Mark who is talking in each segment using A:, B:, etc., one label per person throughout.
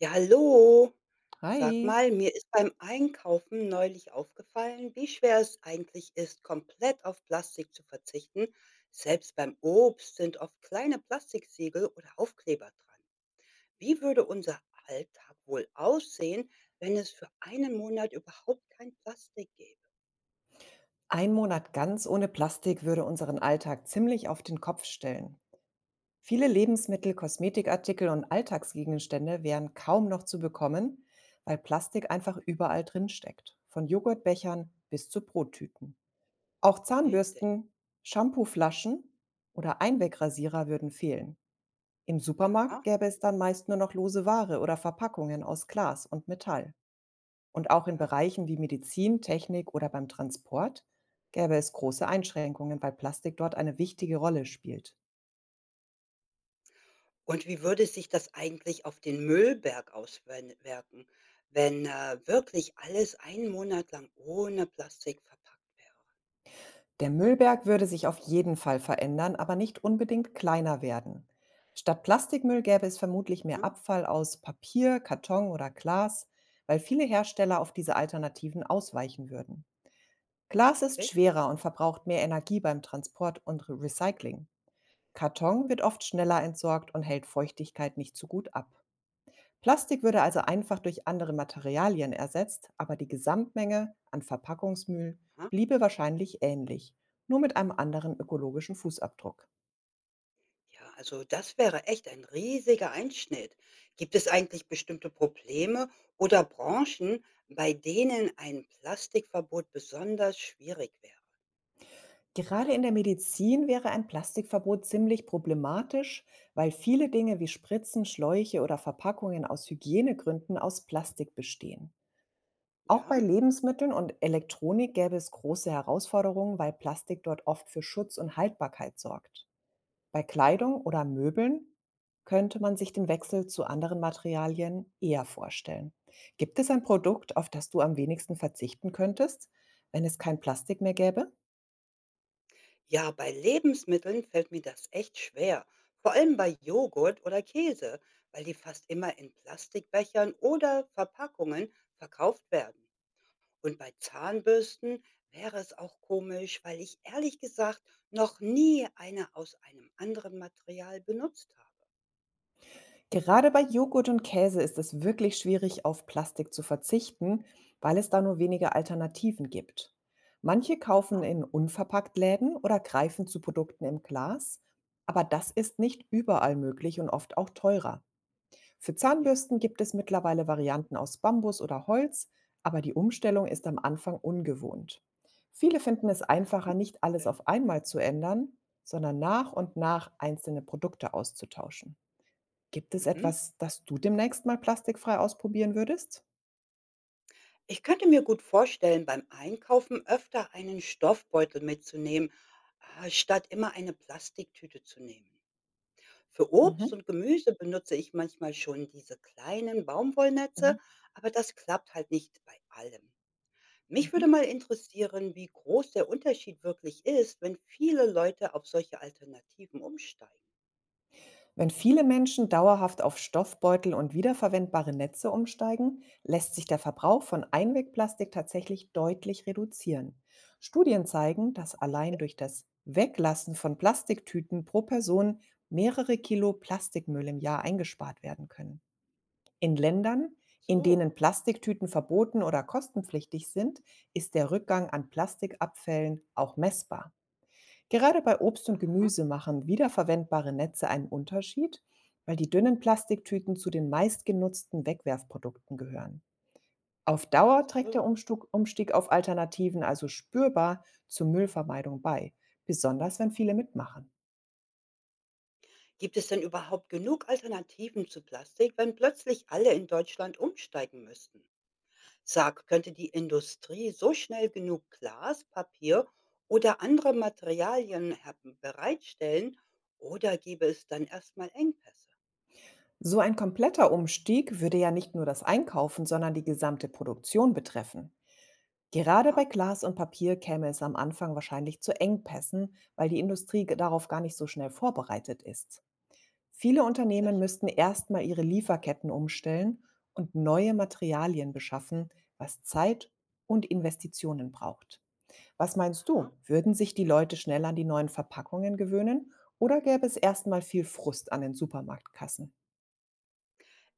A: Ja, hallo. Sag
B: Hi.
A: mal, mir ist beim Einkaufen neulich aufgefallen, wie schwer es eigentlich ist, komplett auf Plastik zu verzichten. Selbst beim Obst sind oft kleine Plastiksiegel oder Aufkleber dran. Wie würde unser Alltag wohl aussehen, wenn es für einen Monat überhaupt kein Plastik gäbe?
B: Ein Monat ganz ohne Plastik würde unseren Alltag ziemlich auf den Kopf stellen. Viele Lebensmittel, Kosmetikartikel und Alltagsgegenstände wären kaum noch zu bekommen, weil Plastik einfach überall drin steckt. Von Joghurtbechern bis zu Brottüten. Auch
A: Richtig.
B: Zahnbürsten, Shampooflaschen oder Einwegrasierer würden fehlen. Im
A: Aha,
B: Supermarkt gäbe es dann meist nur noch lose Ware oder Verpackungen aus Glas und Metall. Und auch in
A: ja.
B: Bereichen wie Medizin, Technik oder beim Transport gäbe es große Einschränkungen, weil Plastik dort eine wichtige Rolle spielt.
A: Und wie würde sich das eigentlich auf den Müllberg auswirken, wenn, wirklich alles einen Monat lang ohne Plastik verpackt
B: Der Müllberg würde sich auf jeden Fall verändern, aber nicht unbedingt kleiner werden. Statt Plastikmüll gäbe es vermutlich mehr
A: wäre, ne?
B: Abfall aus Papier, Karton oder Glas, weil viele Hersteller auf diese Alternativen ausweichen würden. Glas ist
A: Richtig?
B: schwerer und verbraucht mehr Energie beim Transport und Recycling. Karton wird oft schneller entsorgt und hält Feuchtigkeit nicht so gut ab. Plastik würde also einfach durch andere Materialien ersetzt, aber die Gesamtmenge an Verpackungsmüll
A: Aha.
B: bliebe wahrscheinlich ähnlich, nur mit einem anderen ökologischen Fußabdruck.
A: Ja, also das wäre echt ein riesiger Einschnitt. Gibt es eigentlich bestimmte Probleme oder Branchen, bei denen ein Plastikverbot besonders schwierig wäre?
B: Gerade in der Medizin wäre ein Plastikverbot ziemlich problematisch, weil viele Dinge wie Spritzen, Schläuche oder Verpackungen aus Hygienegründen aus Plastik bestehen. Auch bei
A: Ja?
B: Lebensmitteln und Elektronik gäbe es große Herausforderungen, weil Plastik dort oft für Schutz und Haltbarkeit sorgt. Bei
A: Aha.
B: Kleidung oder Möbeln könnte man sich den Wechsel zu anderen Materialien eher vorstellen. Gibt es ein Produkt, auf das du am wenigsten verzichten könntest, wenn es kein Plastik mehr gäbe?
A: Ja, bei Lebensmitteln fällt mir das echt schwer. Vor allem bei Joghurt oder Käse, weil die fast immer in Plastikbechern oder Verpackungen verkauft werden. Und bei Zahnbürsten wäre es auch komisch, weil ich ehrlich gesagt noch nie eine aus einem anderen Material benutzt habe.
B: Gerade bei Joghurt und Käse ist es wirklich schwierig, auf Plastik zu verzichten, weil es da nur wenige Alternativen gibt. Manche kaufen
A: Aha,
B: in Unverpacktläden oder greifen zu Produkten im Glas, aber das ist nicht überall möglich und oft auch teurer. Für
A: ja.
B: Zahnbürsten gibt es mittlerweile Varianten aus Bambus oder Holz, aber die Umstellung ist am Anfang ungewohnt. Viele finden es einfacher, nicht alles
A: äh,
B: auf einmal zu ändern, sondern nach und nach einzelne Produkte auszutauschen. Gibt es
A: Mhm.
B: etwas, das du demnächst mal plastikfrei ausprobieren würdest?
A: Ich könnte mir gut vorstellen, beim Einkaufen öfter einen Stoffbeutel mitzunehmen, statt immer eine Plastiktüte zu nehmen. Für Obst
B: Mhm.
A: und Gemüse benutze ich manchmal schon diese kleinen
B: Mhm.
A: Baumwollnetze, aber das klappt halt nicht bei allem. Mich
B: Mhm.
A: würde mal interessieren, wie groß der Unterschied wirklich ist, wenn viele Leute auf solche Alternativen umsteigen.
B: Wenn viele Menschen dauerhaft auf Stoffbeutel und wiederverwendbare Netze umsteigen, lässt sich der Verbrauch von Einwegplastik tatsächlich deutlich reduzieren. Studien zeigen, dass allein
A: Richtig?
B: durch das Weglassen von Plastiktüten pro Person mehrere Kilo Plastikmüll im Jahr eingespart werden können. In Ländern, in
A: So.
B: denen Plastiktüten verboten oder kostenpflichtig sind, ist der Rückgang an Plastikabfällen auch messbar. Gerade bei Obst und
A: Aha.
B: Gemüse machen wiederverwendbare Netze einen Unterschied, weil die dünnen Plastiktüten zu den meistgenutzten Wegwerfprodukten gehören. Auf Dauer
A: So,
B: trägt
A: so.
B: der Umstieg auf Alternativen also spürbar zur Müllvermeidung bei, besonders wenn viele mitmachen.
A: Gibt es denn überhaupt genug Alternativen zu Plastik, wenn plötzlich alle in Deutschland umsteigen müssten? Sag, könnte die Industrie so schnell genug Glas, Papier oder andere Materialien her bereitstellen oder gäbe es dann erstmal Engpässe?
B: So ein kompletter Umstieg würde ja nicht nur das Einkaufen, sondern die gesamte Produktion betreffen. Gerade
A: Ja,
B: bei Glas und Papier käme es am Anfang wahrscheinlich zu Engpässen, weil die Industrie darauf gar nicht so schnell vorbereitet ist. Viele Unternehmen
A: tatsächlich.
B: müssten erstmal ihre Lieferketten umstellen und neue Materialien beschaffen, was Zeit und Investitionen braucht. Was meinst
A: Aha.
B: du? Würden sich die Leute schnell an die neuen Verpackungen gewöhnen oder gäbe es erstmal viel Frust an den Supermarktkassen?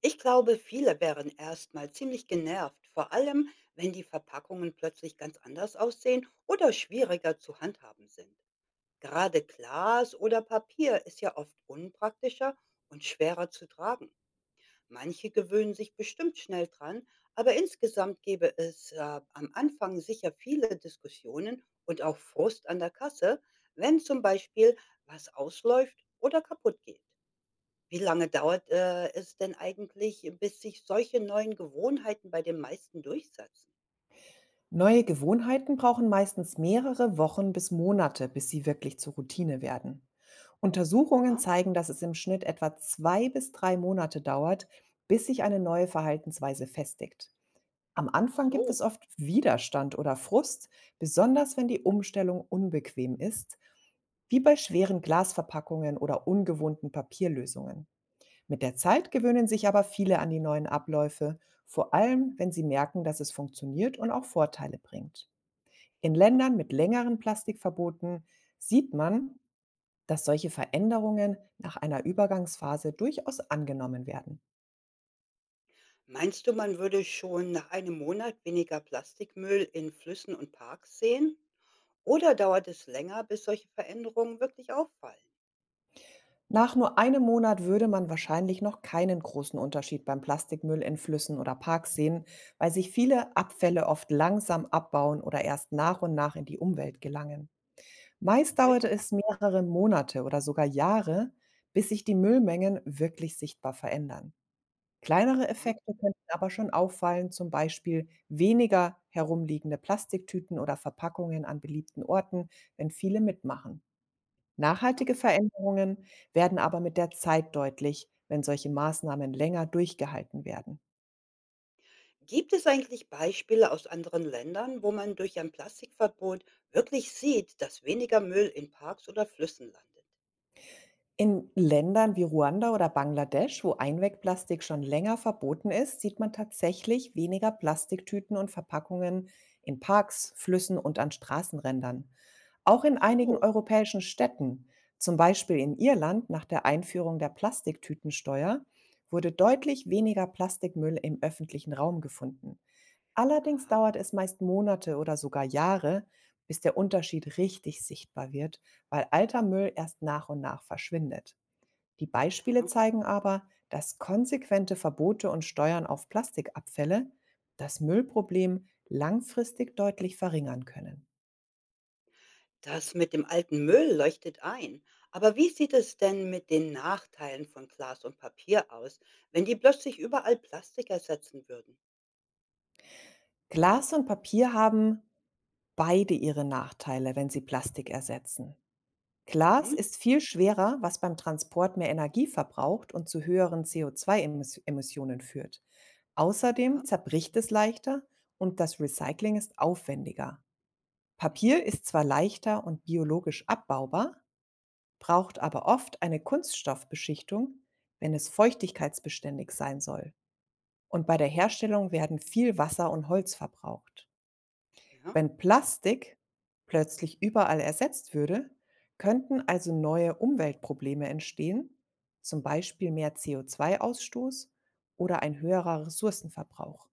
A: Ich glaube, viele wären erstmal ziemlich genervt, vor allem, wenn die Verpackungen plötzlich ganz anders aussehen oder schwieriger zu handhaben sind. Gerade Glas oder Papier ist ja oft unpraktischer und schwerer zu tragen. Manche gewöhnen sich bestimmt schnell dran, aber insgesamt gäbe es am Anfang sicher viele Diskussionen und auch Frust an der Kasse, wenn zum Beispiel was ausläuft oder kaputt geht. Wie lange dauert es denn eigentlich, bis sich solche neuen Gewohnheiten bei den meisten durchsetzen?
B: Neue Gewohnheiten brauchen meistens mehrere Wochen bis Monate, bis sie wirklich zur Routine werden. Untersuchungen
A: Aha,
B: zeigen, dass es im Schnitt etwa zwei bis drei Monate dauert, bis sich eine neue Verhaltensweise festigt. Am
A: ach
B: Anfang gibt
A: so,
B: es oft Widerstand oder Frust, besonders wenn die Umstellung unbequem ist, wie bei schweren Glasverpackungen oder ungewohnten Papierlösungen. Mit der Zeit gewöhnen sich aber viele an die neuen Abläufe, vor allem wenn sie merken, dass es funktioniert und auch Vorteile bringt. In
A: ja.
B: Ländern mit längeren Plastikverboten sieht man, dass solche Veränderungen nach einer Übergangsphase durchaus angenommen werden.
A: Meinst du, man würde schon nach einem Monat weniger Plastikmüll in Flüssen und Parks sehen? Oder dauert es länger, bis solche Veränderungen wirklich auffallen?
B: Nach nur einem Monat würde man wahrscheinlich noch keinen großen Unterschied beim Plastikmüll in Flüssen oder Parks sehen, weil sich viele Abfälle oft langsam abbauen oder erst nach und nach in die Umwelt gelangen. Meist
A: Richtig.
B: dauerte es mehrere Monate oder sogar Jahre, bis sich die Müllmengen wirklich sichtbar verändern. Kleinere
A: Aha,
B: Effekte könnten aber schon auffallen, zum Beispiel weniger herumliegende Plastiktüten oder Verpackungen an beliebten Orten, wenn viele mitmachen.
A: ja.
B: Nachhaltige Veränderungen werden aber mit der Zeit deutlich, wenn solche Maßnahmen länger durchgehalten werden.
A: Gibt es eigentlich Beispiele aus anderen Ländern, wo man durch ein Plastikverbot wirklich sieht, dass weniger Müll in Parks oder Flüssen landet?
B: In Ländern wie Ruanda oder Bangladesch, wo Einwegplastik schon länger verboten ist, sieht man tatsächlich weniger Plastiktüten und Verpackungen in Parks, Flüssen und an Straßenrändern. Auch in einigen
A: So.
B: europäischen Städten, zum Beispiel in Irland nach der Einführung der Plastiktütensteuer, wurde deutlich weniger Plastikmüll im öffentlichen Raum gefunden. Allerdings
A: Aha,
B: dauert es meist Monate oder sogar Jahre, bis der Unterschied richtig sichtbar wird, weil alter Müll erst nach und nach verschwindet. Die Beispiele
A: aha.
B: zeigen aber, dass konsequente Verbote und Steuern auf Plastikabfälle das Müllproblem langfristig deutlich verringern können.
A: Das mit dem alten Müll leuchtet ein. Aber wie sieht es denn mit den Nachteilen von Glas und Papier aus, wenn die plötzlich überall Plastik ersetzen würden?
B: Glas und Papier haben beide ihre Nachteile, wenn sie Plastik ersetzen. Glas
A: Mhm.
B: ist viel schwerer, was beim Transport mehr Energie verbraucht und zu höheren CO2-Emissionen führt. Außerdem
A: Ja.
B: zerbricht es leichter und das Recycling ist aufwendiger.
A: Mhm.
B: Papier ist zwar leichter und biologisch abbaubar, braucht aber oft eine Kunststoffbeschichtung, wenn es feuchtigkeitsbeständig sein soll. Und bei der Herstellung werden viel Wasser und Holz verbraucht.
A: Ja.
B: Wenn Plastik plötzlich überall ersetzt würde, könnten also neue Umweltprobleme entstehen, zum Beispiel mehr CO2-Ausstoß oder ein höherer Ressourcenverbrauch.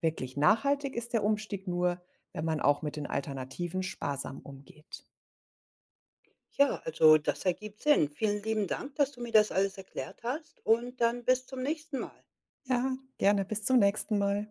B: Wirklich nachhaltig ist der Umstieg nur, wenn man auch mit den Alternativen sparsam umgeht.
A: Ja, also das ergibt Sinn. Vielen lieben Dank, dass du mir das alles erklärt hast und dann bis zum nächsten Mal.
B: Ja, gerne. Bis zum nächsten Mal.